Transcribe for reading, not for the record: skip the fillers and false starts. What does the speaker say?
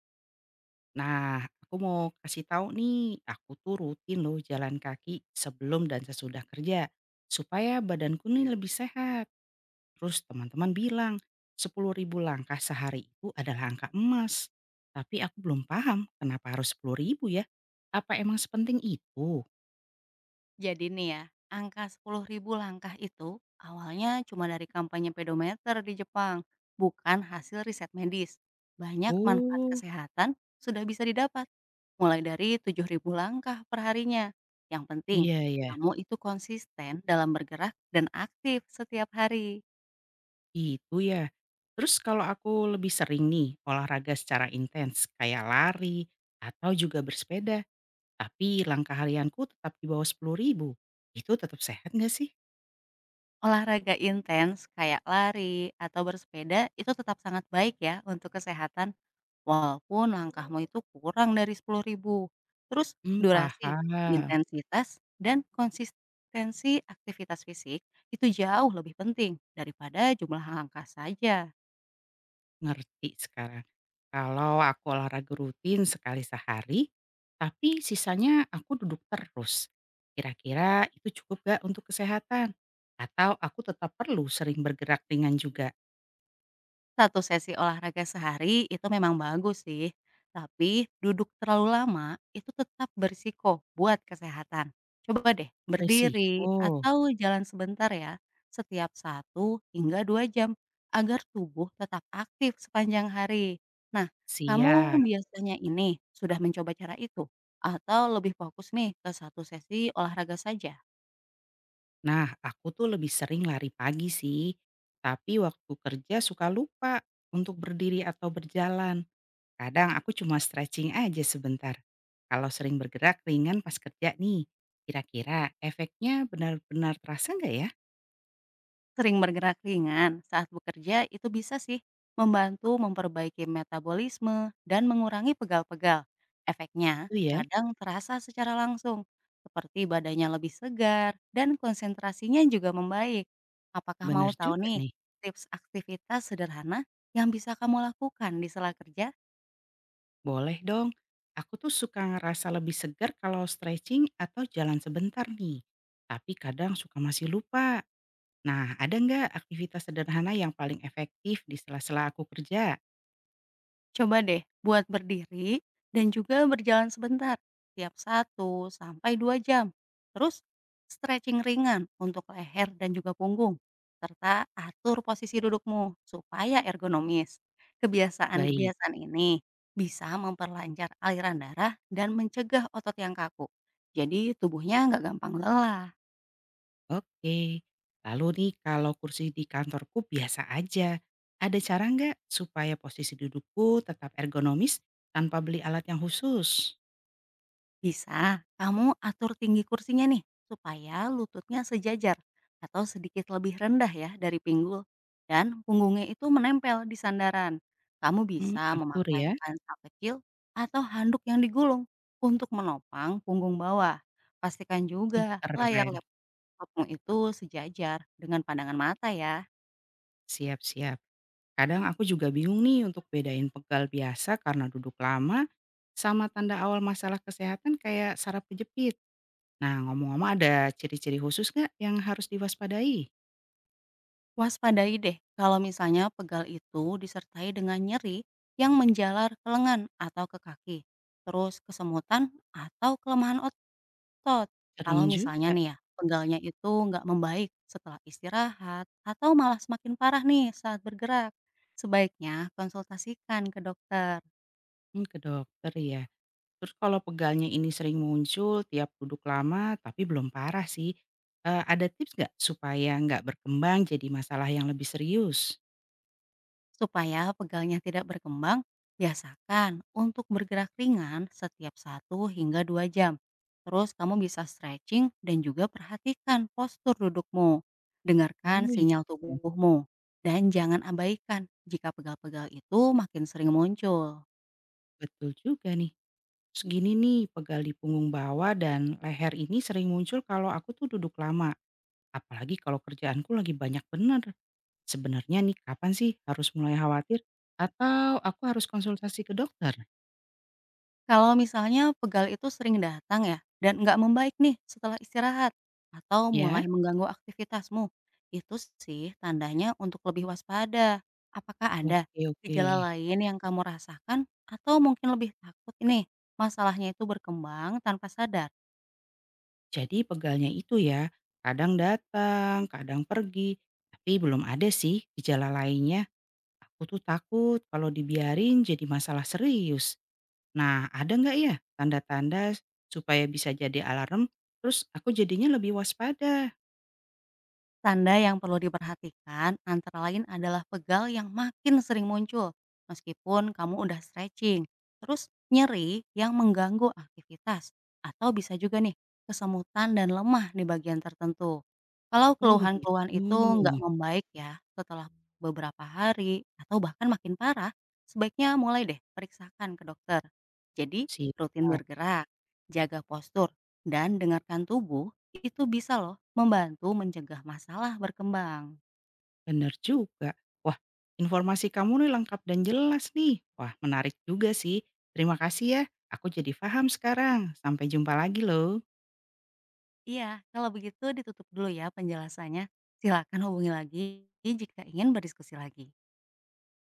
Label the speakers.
Speaker 1: Nah, aku mau kasih tahu nih, aku tuh rutin loh jalan kaki sebelum dan sesudah kerja supaya badanku nih lebih sehat. Terus teman-teman bilang 10.000 langkah sehari itu adalah angka emas. Tapi aku belum paham kenapa harus 10.000 ya? Apa emang sepenting itu?
Speaker 2: Jadi nih ya, angka 10.000 langkah itu awalnya cuma dari kampanye pedometer di Jepang, bukan hasil riset medis. Banyak manfaat
Speaker 1: Oh,
Speaker 2: kesehatan sudah bisa didapat, mulai dari 7.000 langkah perharinya. Yang penting,
Speaker 1: iya ya,
Speaker 2: kamu itu konsisten dalam bergerak dan aktif setiap hari.
Speaker 1: itu ya. Terus kalau aku lebih sering nih olahraga secara intens kayak lari atau juga bersepeda. Tapi langkah harianku tetap di bawah 10.000. Itu tetap sehat nggak sih?
Speaker 2: Olahraga intens kayak lari atau bersepeda itu tetap sangat baik ya untuk kesehatan. Walaupun langkahmu itu kurang dari 10.000, terus durasi,
Speaker 1: Paham,
Speaker 2: intensitas, dan konsistensi aktivitas fisik itu jauh lebih penting daripada jumlah langkah saja.
Speaker 1: ngerti sekarang. Kalau aku olahraga rutin sekali sehari, tapi sisanya aku duduk terus, kira-kira itu cukup nggak untuk kesehatan? Atau aku tetap perlu sering bergerak ringan juga?
Speaker 2: Satu sesi olahraga sehari itu memang bagus sih, tapi duduk terlalu lama itu tetap berisiko buat kesehatan. Coba deh berdiri
Speaker 1: Resiko.
Speaker 2: atau jalan sebentar ya, setiap satu hingga 2 jam agar tubuh tetap aktif sepanjang hari. Nah, kamu
Speaker 1: Siap.
Speaker 2: biasanya ini sudah mencoba cara itu? Atau lebih fokus nih ke satu sesi olahraga saja?
Speaker 1: Nah, aku tuh lebih sering lari pagi sih, tapi waktu kerja suka lupa untuk berdiri atau berjalan. Kadang aku cuma stretching aja sebentar. Kalau sering bergerak ringan pas kerja nih, kira-kira efeknya benar-benar terasa nggak ya?
Speaker 2: Sering bergerak ringan saat bekerja itu bisa sih membantu memperbaiki metabolisme dan mengurangi pegal-pegal. Efeknya
Speaker 1: Iya,
Speaker 2: kadang terasa secara langsung, seperti badannya lebih segar dan konsentrasinya juga membaik. Apakah mau
Speaker 1: benar
Speaker 2: tahu
Speaker 1: juga
Speaker 2: nih
Speaker 1: nih,
Speaker 2: tips aktivitas sederhana yang bisa kamu lakukan di sela kerja?
Speaker 1: boleh dong. Aku tuh suka ngerasa lebih segar kalau stretching atau jalan sebentar nih. Tapi kadang suka masih lupa. Nah, ada nggak aktivitas sederhana yang paling efektif di sela-sela aku kerja?
Speaker 2: Coba deh buat berdiri dan juga berjalan sebentar, tiap satu sampai 2 jam. Terus stretching ringan untuk leher dan juga punggung, serta atur posisi dudukmu supaya ergonomis.
Speaker 1: Baik.
Speaker 2: Kebiasaan-kebiasaan ini bisa memperlancar aliran darah dan mencegah otot yang kaku. Jadi tubuhnya nggak gampang lelah.
Speaker 1: Oke, lalu nih kalau kursi di kantorku biasa aja, ada cara nggak supaya posisi dudukku tetap ergonomis tanpa beli alat yang khusus?
Speaker 2: Bisa, kamu atur tinggi kursinya nih, supaya lututnya sejajar atau sedikit lebih rendah ya dari pinggul. Dan punggungnya itu menempel di sandaran. Kamu
Speaker 1: Hmm,
Speaker 2: bisa
Speaker 1: atur ya.
Speaker 2: memakai pansel kecil atau handuk yang digulung untuk menopang punggung bawah. Pastikan
Speaker 1: Hmm,
Speaker 2: juga layar
Speaker 1: keren.
Speaker 2: laptopmu itu sejajar dengan pandangan mata ya.
Speaker 1: Siap-siap. Kadang aku juga bingung nih untuk bedain pegal biasa karena duduk lama sama tanda awal masalah kesehatan kayak saraf kejepit. Nah ngomong-ngomong ada ciri-ciri khusus nggak yang harus diwaspadai?
Speaker 2: Waspadai deh kalau misalnya pegal itu disertai dengan nyeri yang menjalar ke lengan atau ke kaki, terus kesemutan atau kelemahan otot. Kalau
Speaker 1: Serem
Speaker 2: misalnya
Speaker 1: juga.
Speaker 2: nih ya, pegalnya itu nggak membaik setelah istirahat atau malah semakin parah nih saat bergerak. Sebaiknya konsultasikan ke dokter.
Speaker 1: Hmm, ke dokter ya. Terus kalau pegalnya ini sering muncul tiap duduk lama tapi belum parah sih, ada tips nggak supaya nggak berkembang jadi masalah yang lebih serius?
Speaker 2: Supaya pegalnya tidak berkembang, biasakan untuk bergerak ringan setiap satu hingga 2 jam. Terus kamu bisa stretching dan juga perhatikan postur dudukmu. Dengarkan
Speaker 1: Oh iya
Speaker 2: sinyal
Speaker 1: ya,
Speaker 2: tubuhmu. Dan jangan abaikan jika pegal-pegal itu makin sering muncul.
Speaker 1: betul juga nih. Segini nih, pegal di punggung bawah dan leher ini sering muncul kalau aku tuh duduk lama, apalagi kalau kerjaanku lagi banyak bener. Sebenarnya nih kapan sih harus mulai khawatir? Atau aku harus konsultasi ke dokter?
Speaker 2: Kalau misalnya pegal itu sering datang ya, dan nggak membaik nih setelah istirahat, atau
Speaker 1: Ya?
Speaker 2: mulai mengganggu aktivitasmu, itu sih tandanya untuk lebih waspada. Apakah ada
Speaker 1: Oke oke.
Speaker 2: gejala lain yang kamu rasakan atau mungkin lebih takut ini masalahnya itu berkembang tanpa sadar?
Speaker 1: Jadi pegalnya itu ya, kadang datang, kadang pergi, tapi belum ada sih gejala lainnya. Aku tuh takut kalau dibiarin jadi masalah serius. Nah, ada nggak ya tanda-tanda supaya bisa jadi alarm, terus aku jadinya lebih waspada?
Speaker 2: Tanda yang perlu diperhatikan antara lain adalah pegal yang makin sering muncul meskipun kamu udah stretching, terus nyeri yang mengganggu aktivitas, atau bisa juga nih kesemutan dan lemah di bagian tertentu. Kalau
Speaker 1: Oh begitu,
Speaker 2: keluhan-keluhan itu nggak membaik ya setelah beberapa hari atau bahkan makin parah, sebaiknya mulai deh periksakan ke dokter. Jadi
Speaker 1: siap,
Speaker 2: rutin bergerak, jaga postur, dan dengarkan tubuh itu bisa loh membantu mencegah masalah berkembang.
Speaker 1: bener juga. Wah, informasi kamu nih lengkap dan jelas nih. Wah menarik juga sih. Terima kasih ya, aku jadi paham sekarang. Sampai jumpa lagi loh.
Speaker 2: Iya, kalau begitu ditutup dulu ya penjelasannya. Silakan hubungi lagi jika ingin berdiskusi lagi.